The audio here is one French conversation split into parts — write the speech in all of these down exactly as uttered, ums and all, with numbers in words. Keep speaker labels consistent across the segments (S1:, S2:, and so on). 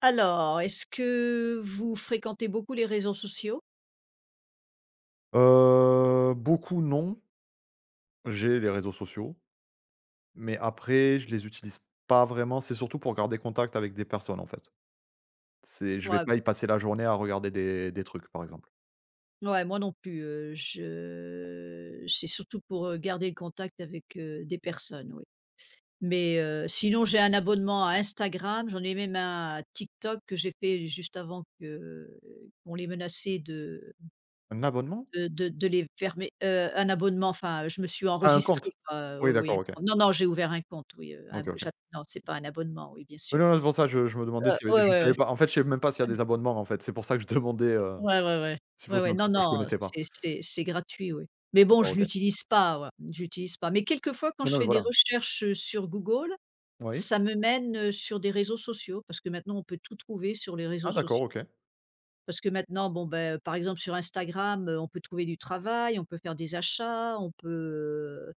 S1: Alors, est-ce que vous fréquentez beaucoup les réseaux sociaux?
S2: Heu, beaucoup non. J'ai les réseaux sociaux, mais après je les utilise pas vraiment. C'est surtout pour garder contact avec des personnes, en fait. C'est je vais
S1: Ouais,
S2: pas y passer la journée à regarder des des trucs, par exemple.
S1: ouais, moi non plus, heu, je c'est surtout pour, heu, garder le contact avec, heu, des personnes, oui. Mais, heu, sinon j'ai un abonnement à Instagram, j'en ai même un à TikTok que j'ai fait juste avant que euh, qu'on les menaçait de
S2: Un abonnement?
S1: de de de les fermer, heu, un abonnement, enfin, je me suis
S2: Ah, un
S1: enregistrée
S2: compte?
S1: quoi,
S2: Oui,
S1: oui, oui,
S2: d'accord,
S1: un
S2: OK.
S1: compte. Non, non, j'ai ouvert un compte, oui, heu, un
S2: OK, OK.
S1: j'a non, c'est pas un abonnement, oui, bien
S2: Oui,
S1: sûr.
S2: non, non, c'est pour ça, je je me demandais
S1: Heu,
S2: si
S1: ouais,
S2: je
S1: ouais,
S2: savais
S1: ouais.
S2: pas. En fait, je sais même pas s'il y a des abonnements, en fait. C'est pour ça que je demandais, heu,
S1: Ouais, ouais, ouais.
S2: s'il faut
S1: Ouais,
S2: c'est
S1: ouais.
S2: un
S1: Non,
S2: truc que je
S1: non,
S2: connaissais pas.
S1: c'est c'est c'est gratuit, oui. Mais bon,
S2: D'accord,
S1: je
S2: OK.
S1: l'utilise pas, ouais, j'utilise pas. Mais quelquefois, quand
S2: Non,
S1: je
S2: non, mais
S1: fais des
S2: voilà.
S1: recherches, heu, sur Google,
S2: Oui.
S1: ça me mène, heu, sur des réseaux sociaux parce que maintenant on peut tout trouver sur les réseaux
S2: Ah d'accord,
S1: sociaux.
S2: OK.
S1: Parce que maintenant, bon, ben par exemple sur Instagram, heu, on peut trouver du travail, on peut faire des achats, on peut, heu,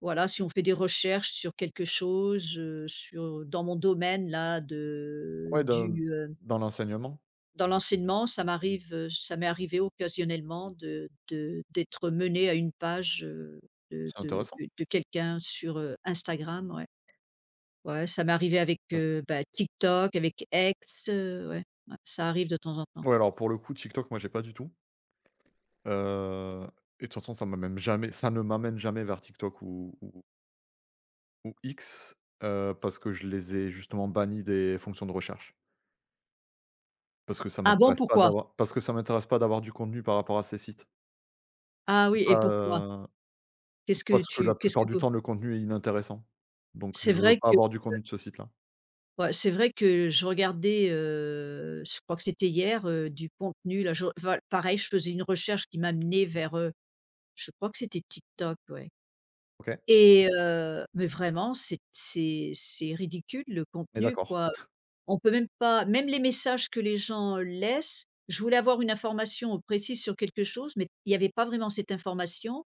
S1: voilà, si on fait des recherches sur quelque chose, heu, sur dans mon domaine là de
S2: Ouais, dans
S1: du,
S2: dans l'enseignement.
S1: dans l'enseignement, ça m'arrive, heu, ça m'est arrivé occasionnellement de de d'être menée à une page, heu, de
S2: C'est
S1: de
S2: intéressant.
S1: de de quelqu'un sur, heu, Instagram, ouais. Ouais, ça m'est arrivé avec,
S2: Parce
S1: heu, bah, TikTok, avec X, heu, ouais, ouais, ça arrive de temps en temps.
S2: Ouais, alors pour le coup, TikTok, moi, j'ai pas du tout. Heu et de toute façon, ça m'amène jamais ça ne m'amène jamais vers TikTok ou ou ou X, heu, parce que je les ai justement bannis des fonctions de recherche. Parce que ça
S1: Ah bon,
S2: m'intéresse pas
S1: pourquoi?
S2: d'avoir parce que ça m'intéresse pas d'avoir du contenu par rapport à ces sites.
S1: Ah
S2: C'est
S1: oui
S2: pas,
S1: et pourquoi?
S2: heu
S1: Qu'est-ce que
S2: parce que
S1: tu
S2: la
S1: qu'est-ce
S2: plupart
S1: que
S2: du temps, le contenu est inintéressant. Donc je
S1: c'est
S2: veux
S1: vrai
S2: pas
S1: que
S2: avoir du contenu de ce site-là.
S1: ouais, c'est vrai que je regardais, heu, je crois que c'était hier, heu, du contenu là, je enfin, pareil, je faisais une recherche qui m'amenait vers, heu, je crois que c'était TikTok, ouais.
S2: OK,
S1: Et heu, mais vraiment c'est c'est c'est ridicule le
S2: on est
S1: contenu
S2: d'accord.
S1: quoi. On peut même pas même les messages que les gens euh, laissent, je voulais avoir une information précise sur quelque chose, mais il y avait pas vraiment cette information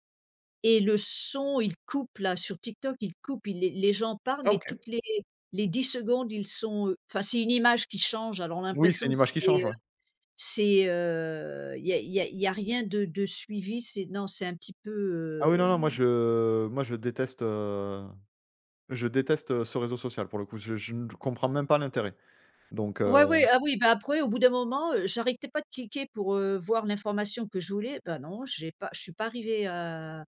S1: et le son, il coupe là sur TikTok, il coupe, il les les gens parlent,
S2: Ah
S1: mais
S2: OK.
S1: toutes les les dix secondes, ils sont, heu enfin c'est une image qui change, alors on a
S2: Oui, c'est
S1: l'impression
S2: une
S1: que
S2: image qui change,
S1: c'est, heu
S2: ouais.
S1: c'est, heu, il y a il y a il y a rien de de suivi, c'est non, c'est un petit peu,
S2: Ah oui, non,
S1: euh,
S2: non, moi je moi je déteste, heu, je déteste, heu, ce réseau social pour le coup. Je je ne comprends même pas l'intérêt. Donc, heu
S1: ouais, ouais, ah oui, bah, après au bout d'un moment, heu, j'arrêtais pas de cliquer pour, heu, voir l'information que je voulais. Ben non, j'ai pas je suis pas arrivée à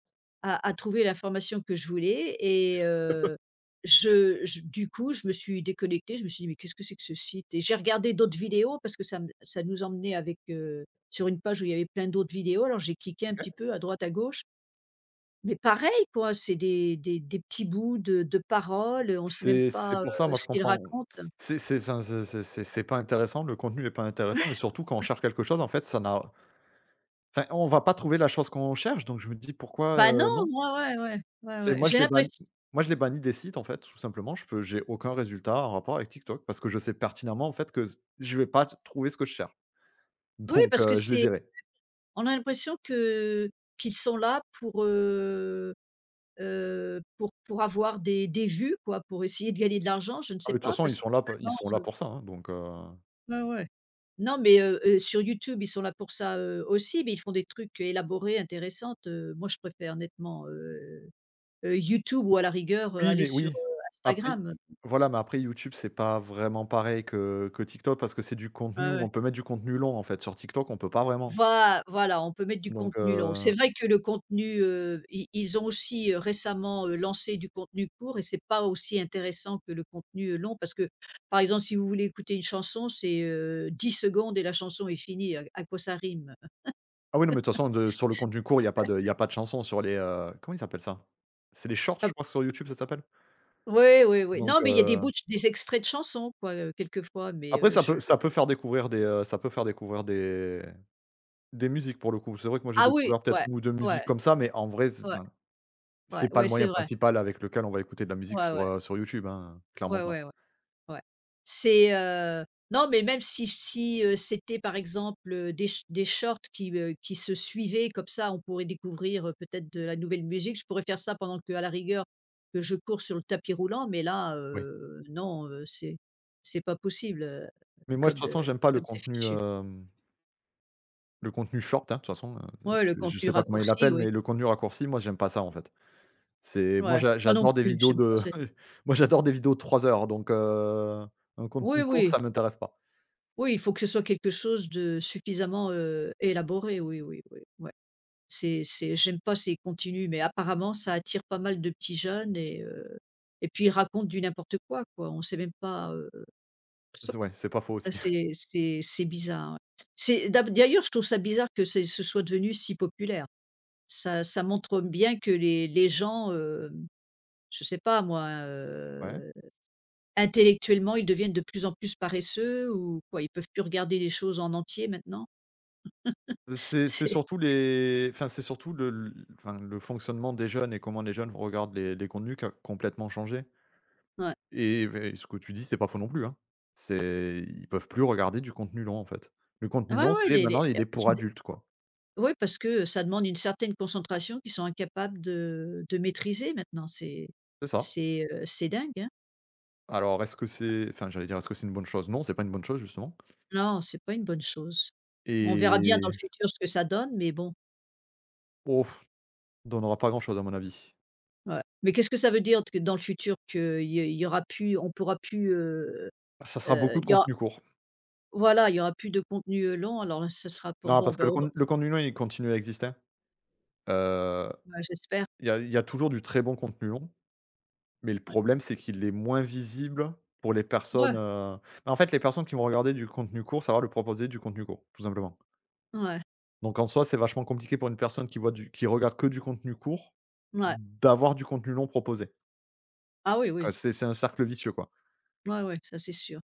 S1: à à trouver l'information que je voulais et heu, je je du coup, je me suis déconnectée, je me suis dit: «Mais qu'est-ce que c'est que ce site?» et j'ai regardé d'autres vidéos parce que ça me ça nous emmenait avec, heu, sur une page où il y avait plein d'autres vidéos, alors j'ai cliqué un petit peu à droite, à gauche, mais pareil quoi, c'est des des des petits bouts de de paroles, on sait même
S2: C'est c'est
S1: pas,
S2: pour ça,
S1: heu,
S2: moi, je
S1: ce qu'ils
S2: comprends.
S1: racontent.
S2: C'est c'est enfin, c'est c'est c'est c'est pas intéressant, le contenu est pas intéressant et surtout quand on cherche quelque chose, en fait, ça n'a enfin, on va pas trouver la chose qu'on cherche donc je me dis: «Pourquoi,
S1: Bah, non,
S2: heu, non?»
S1: ouais, ouais, ouais, ouais,
S2: c'est
S1: ouais.
S2: Moi, je
S1: J'ai
S2: les bannis
S1: l'impression,
S2: moi, je les bannis des sites, en fait, tout simplement. Je peux J'ai aucun résultat en rapport avec TikTok parce que je sais pertinemment, en fait, que je vais pas trouver ce que je cherche
S1: oui,
S2: donc,
S1: parce que
S2: heu, je les
S1: c'est
S2: virai.
S1: on a l'impression que qu'ils sont là pour, heu heu, pour pour avoir des des vues, quoi, pour essayer de gagner de l'argent, je ne
S2: Ah
S1: sais
S2: mais de toute
S1: pas,
S2: façon, ils
S1: parce
S2: sont là
S1: que
S2: p ils sont là pour ça, hein, donc heu.
S1: vraiment ouais, ouais. Non, mais heu heu, sur YouTube, ils sont là pour ça, heu, aussi, mais ils font des trucs élaborés, intéressants. Heu, moi, je préfère nettement, heu heu, YouTube ou à la rigueur, heu,
S2: Oui,
S1: aller
S2: mais
S1: sur,
S2: oui.
S1: heu,
S2: Après
S1: Instagram.
S2: voilà, mais après YouTube, c'est pas vraiment pareil que que TikTok parce que c'est du contenu
S1: Ouais,
S2: où
S1: ouais.
S2: on peut mettre du contenu long, en fait. Sur TikTok, on peut pas vraiment.
S1: Voi voilà, on peut mettre du
S2: Donc,
S1: contenu long. C'est
S2: heu
S1: vrai que le contenu, heu, i ils ont aussi, heu, récemment, heu, lancé du contenu court et c'est pas aussi intéressant que le contenu, heu, long parce que, par exemple, si vous voulez écouter une chanson, c'est, heu, dix secondes et la chanson est finie, à à quoi ça rime?
S2: ah oui, non, mais de toute façon, de sur le contenu court, il y a pas de il y a pas de chansons sur les, heu, comment ils appellent ça? C'est les shorts, je
S1: Ah
S2: crois, sur YouTube, ça s'appelle?
S1: oui, oui, oui.
S2: Donc,
S1: Non, mais il y a des
S2: heu,
S1: bouts de ch des extraits de chansons quoi, heu, quelquefois, mais,
S2: après
S1: heu,
S2: ça
S1: je
S2: peut ça peut faire découvrir des, heu, ça peut faire découvrir des des musiques, pour le coup. C'est vrai que moi, j'ai
S1: ah oui,
S2: découvert peut-être
S1: ouais,
S2: une ou deux
S1: ouais,
S2: musiques comme ça, mais en vrai, c'est
S1: ouais,
S2: enfin,
S1: ouais,
S2: c'est pas le
S1: ouais,
S2: moyen
S1: c'est vrai.
S2: principal avec lequel on va écouter de la musique
S1: Ouais,
S2: sur,
S1: ouais,
S2: heu, sur YouTube, hein, clairement
S1: ouais,
S2: pas.
S1: ouais, ouais. Ouais. C'est, heu, non, mais même si si, heu, c'était par exemple, heu, des ch des shorts qui, heu, qui se suivaient comme ça, on pourrait découvrir, heu, peut-être de la nouvelle musique. Je pourrais faire ça pendant que à la rigueur, que je cours sur le tapis roulant, mais là,
S2: Oui.
S1: heu, non, heu, c'est c'est pas possible, heu,
S2: Mais moi, de toute
S1: comme, heu,
S2: façon, j'aime pas le
S1: comme c'est
S2: contenu,
S1: fichu.
S2: hem, le contenu short, hein, de toute façon, heu,
S1: Ouais, le
S2: je je
S1: contenu
S2: sais pas comment ils
S1: raccourci,
S2: l'appellent,
S1: oui.
S2: mais le contenu raccourci, moi, j'aime pas ça, en fait. C'est Moi,
S1: Ouais,
S2: j'a
S1: moi non
S2: j'adore des
S1: plus,
S2: vidéos
S1: j'aime pas
S2: de
S1: ça.
S2: moi, j'adore des vidéos de trois heures, donc, heu, un
S1: Oui,
S2: contenu court,
S1: oui,
S2: ça m'intéresse pas.
S1: oui, il faut que ce soit quelque chose de suffisamment, heu, élaboré, oui, oui, oui, ouais. C'est c'est J'aime pas, c'est continu, mais apparemment ça attire pas mal de petits jeunes et heu et puis ils racontent du n'importe quoi, quoi. On sait même pas, heu,
S2: C'est Ouais, c'est pas faux aussi.
S1: c'est c'est c'est bizarre, ouais. C'est d'ab d'ailleurs, je trouve ça bizarre que c'est ce soit devenu si populaire. Ça ça montre bien que les les gens, hem, je sais pas moi,
S2: Ouais.
S1: heu, intellectuellement, ils deviennent de plus en plus paresseux ou quoi, ils peuvent plus regarder les choses en entier maintenant.
S2: C'est c'est
S1: C'est
S2: surtout les enfin, c'est surtout le l enfin, le fonctionnement des jeunes et comment les jeunes regardent les les contenus qui a complètement changé
S1: ouais.
S2: et beh, ce que tu dis, c'est pas faux non plus, hein. C'est Ils peuvent plus regarder du contenu long, en fait. Le contenu
S1: Ouais,
S2: long,
S1: ouais,
S2: c'est
S1: les les
S2: maintenant, il est pour adultes, quoi.
S1: oui, parce que ça demande une certaine concentration qu'ils sont incapables de de maîtriser maintenant. C'est
S2: C'est ça.
S1: c'est, heu, c'est dingue, hein.
S2: Alors est-ce que c'est enfin, j'allais dire, est-ce que c'est une bonne chose? Non, c'est pas une bonne chose, justement
S1: Non, c'est pas une bonne chose. On verra bien dans
S2: et
S1: le futur ce que ça donne, mais bon,
S2: oh, on n'aura pas grand-chose à mon avis.
S1: ouais. Mais qu'est-ce que ça veut dire que dans le futur qu'il y y aura plus on pourra plus, heu
S2: Ça sera
S1: heu,
S2: beaucoup
S1: il
S2: de
S1: y aura
S2: contenu court.
S1: voilà, il y aura plus de contenu, heu, long, alors là, ce sera pas
S2: Non,
S1: bon,
S2: parce que
S1: ben,
S2: le
S1: on
S2: conten le contenu long, il continue à exister. Heu,
S1: ouais, j'espère,
S2: il y a il y a toujours du très bon contenu long. Mais le
S1: ouais.
S2: problème, c'est qu'il est moins visible pour les personnes,
S1: Ouais,
S2: heu, bah, en fait, les personnes qui vont regarder du contenu court, ça va leur proposer du contenu court, tout simplement.
S1: ouais,
S2: Donc en soi, c'est vachement compliqué pour une personne qui voit du qui regarde que du contenu court,
S1: ouais.
S2: d'avoir du contenu long proposé.
S1: Ah oui,
S2: Donc, heu,
S1: oui.
S2: c'est c'est un cercle vicieux, quoi.
S1: Ouais, ouais, ça c'est sûr.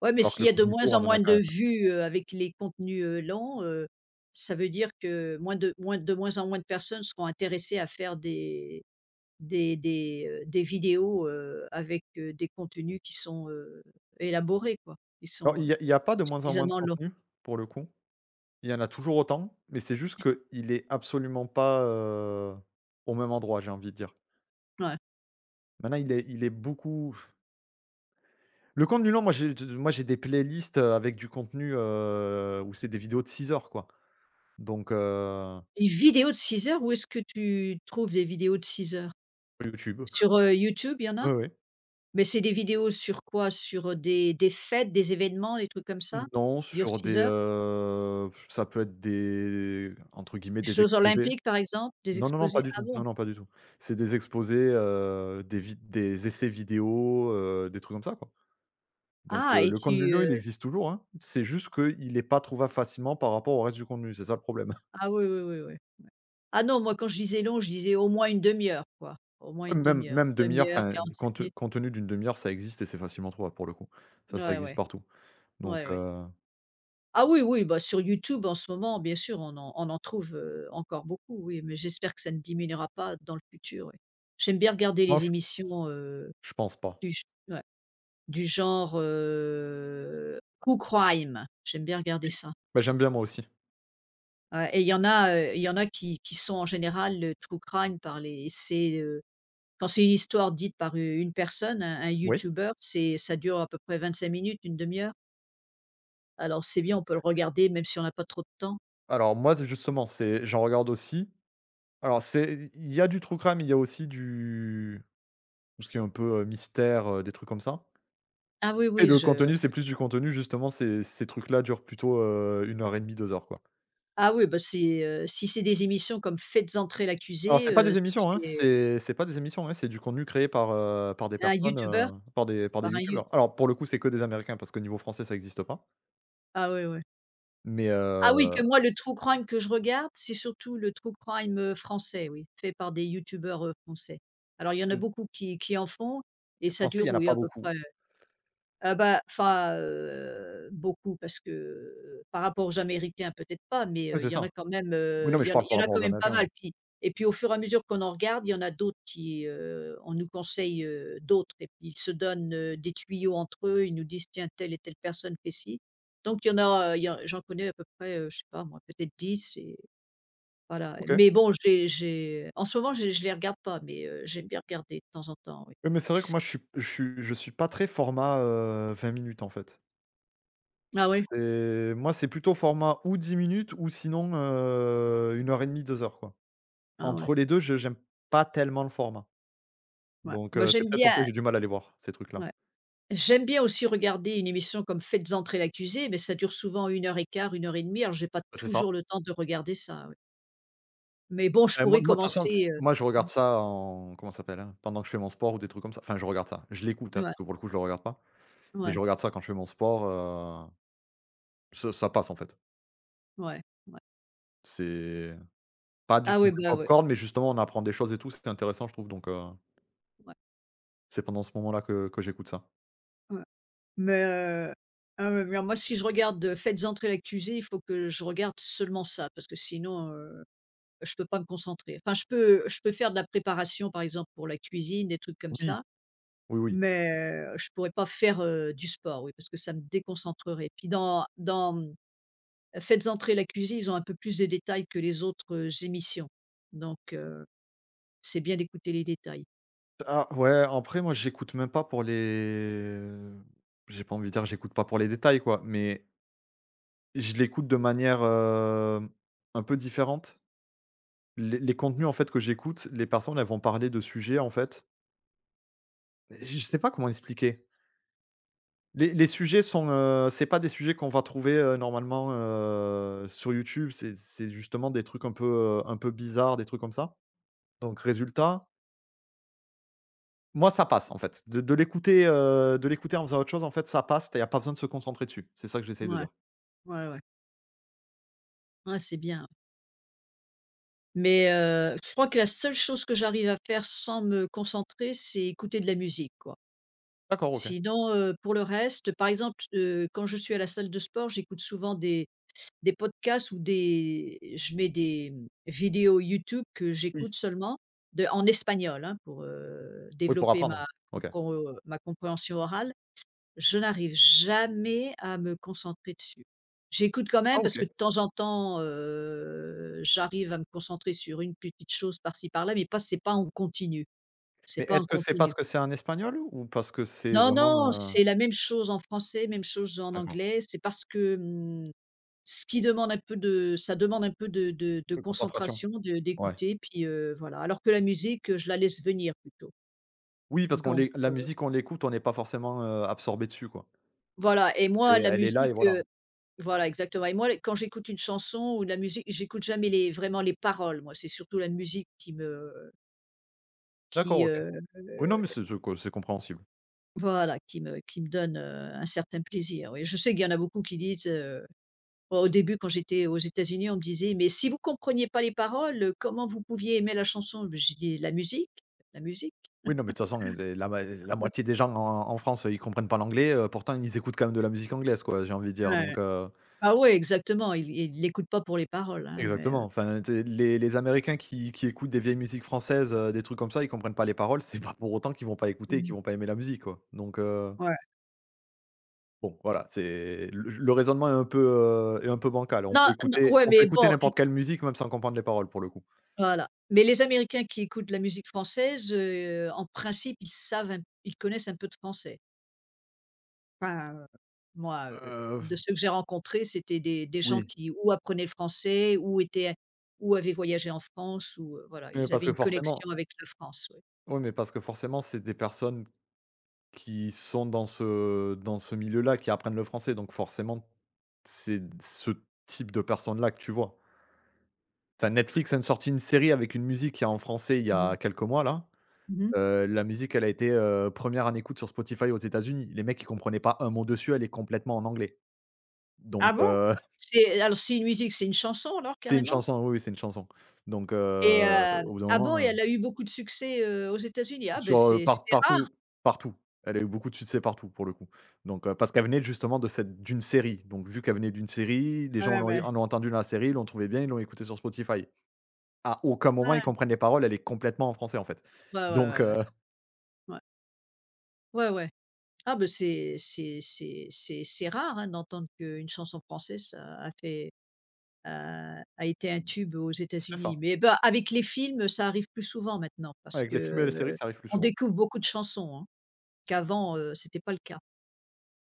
S1: Ouais, mais
S2: Alors que
S1: s'il
S2: le
S1: y a de
S2: contenu
S1: moins
S2: court,
S1: en
S2: on en
S1: moins
S2: a quand
S1: de
S2: même.
S1: vues, heu, avec les contenus, heu, lents, heu, ça veut dire que moins de moins de moins en moins de personnes seront intéressées à faire des des des, heu, des vidéos, heu, avec, heu, des contenus qui sont, heu, élaborés quoi. Ils
S2: Alors
S1: sont,
S2: il
S1: heu,
S2: y a il y a pas de moins en moins de
S1: suffisamment longs.
S2: contenu, pour le coup. Il y en a toujours autant, mais c'est juste qu'il est absolument pas, heu, au même endroit, j'ai envie de dire.
S1: Ouais.
S2: Maintenant, il est il est beaucoup. Le contenu long, moi j'ai moi j'ai des playlists, heu, avec du contenu, heu, où c'est des vidéos de six heures quoi, donc heu.
S1: Des vidéos de six heures, où est-ce que tu trouves des vidéos de six heures?
S2: YouTube.
S1: Sur, heu, YouTube, il y en a?
S2: Ouais, ouais.
S1: Mais c'est des vidéos sur quoi? Sur, des des fêtes, des événements, des trucs comme ça?
S2: Non,
S1: Qui durent
S2: sur des,
S1: six heures?
S2: heu, ça peut être des entre guillemets «des
S1: Jeux
S2: exposés».
S1: olympiques, par exemple, des
S2: Non, non, non, pas
S1: exposés?
S2: du
S1: Ah
S2: tout.
S1: bon?
S2: Non, non, pas du tout. C'est des exposés, heu, des vid des essais vidéo, heu, des trucs comme ça quoi, donc
S1: Ah
S2: heu,
S1: et
S2: le contenu
S1: tu,
S2: long,
S1: heu
S2: il existe toujours, hein. C'est juste qu'il est pas trouvable facilement par rapport au reste du contenu, c'est ça le problème.
S1: ah oui, oui, oui, oui. Ah non, moi quand je disais long, je disais au moins une demi heure quoi, au moins
S2: Ouais,
S1: une
S2: même
S1: demi heure,
S2: même
S1: demi
S2: demi-heure,
S1: deux heure,
S2: enfin,
S1: quarante-cinq
S2: compte
S1: minutes.
S2: compte tenu d'une demi-heure, ça existe et c'est facilement trouvable pour le coup. Ça, ça
S1: Ouais,
S2: existe
S1: ouais,
S2: partout. Donc,
S1: ouais, ouais.
S2: heu,
S1: Ah oui, oui, bah, sur YouTube en ce moment, bien sûr, on en on en trouve, heu, encore beaucoup, oui, mais j'espère que ça ne diminuera pas dans le futur, oui. J'aime bien regarder
S2: non,
S1: les
S2: je
S1: émissions, heu,
S2: je pense pas.
S1: du g ouais, du genre, heu, True Crime, j'aime bien regarder
S2: Oui,
S1: ça.
S2: bah, j'aime bien moi aussi.
S1: Ouais et il y en a, heu, il y en a qui qui sont en général, heu, true crime par les c'est, heu, quand c'est une histoire dite par u une personne, un un
S2: Oui.
S1: youtubeur, c'est ça dure à peu près vingt-cinq minutes, une demi heure. Alors c'est bien, on peut le regarder même si on n'a pas trop de temps.
S2: Alors moi, d justement, c'est j'en regarde aussi. Alors c'est il y a du true crime, il y a aussi du tout ce qui est un peu, heu, mystère, heu, des trucs comme ça
S1: Ah oui,
S2: et
S1: oui,
S2: le
S1: je
S2: contenu, c'est plus du contenu justement, ces ces trucs-là durent plutôt, heu, une heure et demie, deux heures, quoi.
S1: ah oui, bah, c'est, heu, si c'est des émissions comme «Faites entrer
S2: Alors
S1: l'accusé»,
S2: c'est pas
S1: heu,
S2: des émissions, hein,
S1: c'est
S2: c'est c'est pas des émissions, hein, c'est du contenu créé par, heu, par des
S1: un
S2: personnes,
S1: youtuber
S2: heu, par des par des
S1: par un you
S2: youtubeurs. Alors pour le coup, c'est que des américains parce que niveau français, ça existe pas.
S1: ah oui, oui.
S2: Mais,
S1: Ah oui,
S2: heu,
S1: que moi le true crime que je regarde, c'est surtout le true crime, heu, français, oui, fait par des youtubeurs, heu, français. Alors il y en a
S2: heu,
S1: beaucoup qui qui en font et ça
S2: français, il y
S1: dure,
S2: en a
S1: oui,
S2: pas
S1: à peu
S2: beaucoup.
S1: près ah bah, enfin, heu, beaucoup parce que, heu, par rapport aux Américains peut-être pas, mais,
S2: Ouais,
S1: heu, il
S2: c'est
S1: y en
S2: ça.
S1: a quand même,
S2: Oui,
S1: heu,
S2: non, mais
S1: il
S2: je
S1: y en
S2: parle
S1: il
S2: par
S1: y en a
S2: rapport
S1: quand
S2: aux
S1: même pas
S2: américains, ouais.
S1: mal. Puis et puis au fur et à mesure qu'on en regarde, il y en a d'autres qui, heu, on nous conseille, heu, d'autres et puis ils se donnent, heu, des tuyaux entre eux. Ils nous disent: «Tiens, telle et telle personne fait ci». Donc il y en a, heu, il y en j'en connais à peu près, heu, je sais pas moi, peut-être dix et voilà.
S2: OK.
S1: Mais bon, j'ai j'ai en ce moment, j'ai je les regarde pas, mais, heu, j'aime bien regarder de temps en temps, oui.
S2: Oui, mais c'est vrai que moi je suis je suis je suis pas très format, heu, vingt minutes en fait.
S1: Ah oui?
S2: C'est Moi, c'est plutôt format ou dix minutes ou sinon, heu, une heure et demie deux heures quoi.
S1: Ah ouais,
S2: Entre les deux je j'aime pas tellement le format.
S1: ouais.
S2: Donc,
S1: Moi
S2: heu, c'est
S1: j'aime
S2: peut-être pour ça que
S1: bien
S2: j'ai du mal à les voir, ces trucs-là.
S1: ouais. J'aime bien aussi regarder une émission comme Faites entrer l'accusé, mais ça dure souvent une heure et quart, une heure et demie. Alors j'ai pas
S2: C'est ça.
S1: toujours le temps de regarder ça, oui. Mais bon, je
S2: Bah, moi
S1: pourrais
S2: moi de toute façon, s
S1: commencer, heu
S2: moi je regarde ça en comment ça s'appelle, hein? Pendant que je fais mon sport ou des trucs comme ça. Enfin, je regarde ça. Je l'écoute, hein,
S1: mmh, ouais,
S2: parce que pour le coup, je le regarde pas. Mais je
S1: ouais,
S2: regarde ça quand je fais mon sport, heu, ça ça passe en fait.
S1: ouais, ouais.
S2: C'est pas du
S1: Ah oui,
S2: contenu
S1: bah, ouais,
S2: pop-corn, mais justement on apprend des choses et tout, c'était intéressant je trouve donc, heu,
S1: ouais,
S2: c'est pendant ce moment-là que que j'écoute ça.
S1: ouais. Mais, heu, ah ouais, mais moi si je regarde, heu, Faites entrer l'accusé, il faut que je regarde seulement ça parce que sinon, heu, je peux pas me concentrer. Enfin je peux je peux faire de la préparation par exemple pour la cuisine, des trucs comme
S2: Oui,
S1: ça.
S2: oui, oui.
S1: Mais heu, je pourrais pas faire, heu, du sport, oui, parce que ça me déconcentrerait. Puis dans dans, mmh, Faites entrer la cuisine, ils ont un peu plus de détails que les autres, heu, émissions. Donc heu, c'est bien d'écouter les détails.
S2: Ah ouais, après moi j'écoute même pas pour les j'ai pas envie de dire j'écoute pas pour les détails quoi, mais je l'écoute de manière, hem, un peu différente. Les les contenus en fait que j'écoute, les personnes, elles vont parler de sujets en fait, je sais pas comment expliquer. Les les sujets sont, heu, c'est pas des sujets qu'on va trouver, heu, normalement, heu, sur YouTube, c'est c'est justement des trucs un peu, heu, un peu bizarres, des trucs comme ça. Donc résultat, moi ça passe en fait. De de l'écouter, heu, de l'écouter en faisant autre chose, en fait ça passe, tu as pas besoin de se concentrer dessus. C'est ça que j'essaye de
S1: Ouais,
S2: dire.
S1: ouais, ouais. Ouais, c'est bien. Mais heu, je crois que la seule chose que j'arrive à faire sans me concentrer, c'est écouter de la musique, quoi.
S2: D'accord, OK.
S1: Sinon, heu, pour le reste, par exemple, heu, quand je suis à la salle de sport, j'écoute souvent des des podcasts ou des je mets des, mmh, vidéos YouTube que
S2: Oui.
S1: j'écoute seulement de en espagnol, hein, pour, heu,
S2: Oui pour
S1: développer ma
S2: apprendre. OK.
S1: compro ma compréhension orale. Je n'arrive jamais à me concentrer dessus. J'écoute quand
S2: Ah
S1: même
S2: OK.
S1: parce que de temps en temps, heu, j'arrive à me concentrer sur une petite chose par-ci par-là, mais pas c'est pas en continu,
S2: Mais
S1: c'est pas en
S2: est-ce que c'est parce
S1: continu.
S2: que c'est un espagnol ou parce que c'est
S1: Non,
S2: vraiment,
S1: non,
S2: heu
S1: c'est la même chose en français, même chose en
S2: d'accord,
S1: anglais. C'est parce que, mmh, ce qui demande un peu de ça demande un peu de de de
S2: concentration?
S1: concentration, de
S2: Ouais.
S1: d'écouter puis, heu, voilà. Alors que la musique, heu, je la laisse venir plutôt.
S2: Oui, parce qu'on
S1: Donc,
S2: l'é la
S1: heu,
S2: musique, on l'écoute, on n'est pas forcément, heu, absorbé dessus, quoi.
S1: voilà et moi
S2: C'est
S1: la
S2: Elle est là et
S1: musique,
S2: voilà.
S1: heu voilà exactement et moi quand j'écoute une chanson ou de la musique, j'écoute jamais les vraiment les paroles moi, c'est surtout la musique qui me
S2: D'accord,
S1: qui,
S2: OK.
S1: heu,
S2: Oui, non, mais c'est c'est co c'est compréhensible.
S1: voilà, qui me qui me donne, heu, un certain plaisir, oui. Je sais qu'il y en a beaucoup qui disent, heu bah, au début, quand j'étais aux États-Unis, on me disait: «Mais si vous compreniez pas les paroles, heu, comment vous pouviez aimer la chanson?» J'ai dit: «La musique, la musique».
S2: Oui, non, mais de toute façon, heu, la ma la moitié des gens en en France, ils comprennent pas l'anglais, heu, pourtant ils écoutent quand même de la musique anglaise, quoi, j'ai envie de dire,
S1: Ouais.
S2: donc heu.
S1: Ah ouais, exactement, Il ils l'écoutent pas pour les paroles, hein, mais heu
S2: Exactement, enfin, tu les les américains qui qui écoutent des vieilles musiques françaises, heu, des trucs comme ça, ils comprennent pas les paroles, c'est pas pour autant qu'ils vont pas écouter et
S1: mmh.
S2: qu'ils vont pas aimer la musique, quoi, donc heu,
S1: Ouais.
S2: bon, voilà, c'est le le raisonnement est un peu, heu, est un peu bancal. On
S1: Non,
S2: peut
S1: non,
S2: écouter
S1: ouais,
S2: on peut
S1: mais
S2: écouter
S1: bon, l
S2: n'importe quelle musique même sans comprendre les paroles, pour le coup.
S1: voilà. Mais les Américains qui écoutent la musique française, heu, en principe, ils savent un ils connaissent un peu de français. Enfin, heu, moi, heu,
S2: Heu,
S1: de ceux que j'ai rencontrés, c'était des des gens
S2: oui,
S1: qui ou apprenaient le français ou étaient ou avaient voyagé en France ou, heu, voilà,
S2: mais
S1: ils
S2: parce
S1: avaient
S2: que
S1: une connexion
S2: forcément
S1: avec la France, ouais.
S2: oui, mais parce que forcément, c'est des personnes qui sont dans ce dans ce milieu-là, qui apprennent le français, donc forcément, c'est ce type de personnes-là que tu vois? Enfin, Netflix a sorti une série avec une musique qui est en français il y
S1: Mmh.
S2: a quelques mois là.
S1: Mmh.
S2: Heu, la musique, elle a été, heu, première en écoute sur Spotify aux États-Unis. Les mecs, ils comprenaient pas un mot dessus, elle est complètement en anglais. Donc,
S1: Ah bon?
S2: heu,
S1: C'est alors c'est une musique, c'est une chanson alors
S2: c'est une
S1: carrément?
S2: chanson, oui, oui, c'est une chanson. Donc,
S1: Et
S2: heu,
S1: heu
S2: au bout d'un
S1: ah bon? Et
S2: moment.
S1: elle a eu beaucoup de succès, heu, aux États-Unis? Ah ben
S2: Sur, heu,
S1: c'est c'est
S2: par
S1: rare.
S2: partout partout. Elle a eu beaucoup de succès partout pour le coup. Donc, heu, parce qu'elle venait justement de cette d'une série. Donc vu qu'elle venait d'une série, les gens
S1: Ouais,
S2: l'ont
S1: ouais.
S2: en ont entendu dans la série, l'ont trouvé bien, ils l'ont écouté sur Spotify. À aucun moment ils
S1: Ouais.
S2: comprennent les paroles, elle est complètement en français en fait.
S1: Ouais, ouais,
S2: Donc,
S1: ouais, ouais.
S2: heu,
S1: Ouais. Ouais, ouais. Ah ben c'est c'est c'est c'est c'est rare, hein, d'entendre qu'une chanson française, ça a fait heu, a été un tube aux
S2: c'est ça.
S1: États-Unis. Mais bah, avec les films, ça arrive plus souvent maintenant parce
S2: Avec
S1: que,
S2: les films et les séries,
S1: heu,
S2: ça arrive plus
S1: on
S2: souvent.
S1: découvre beaucoup de chansons, hein, qu'avant, heu, c'était pas le cas.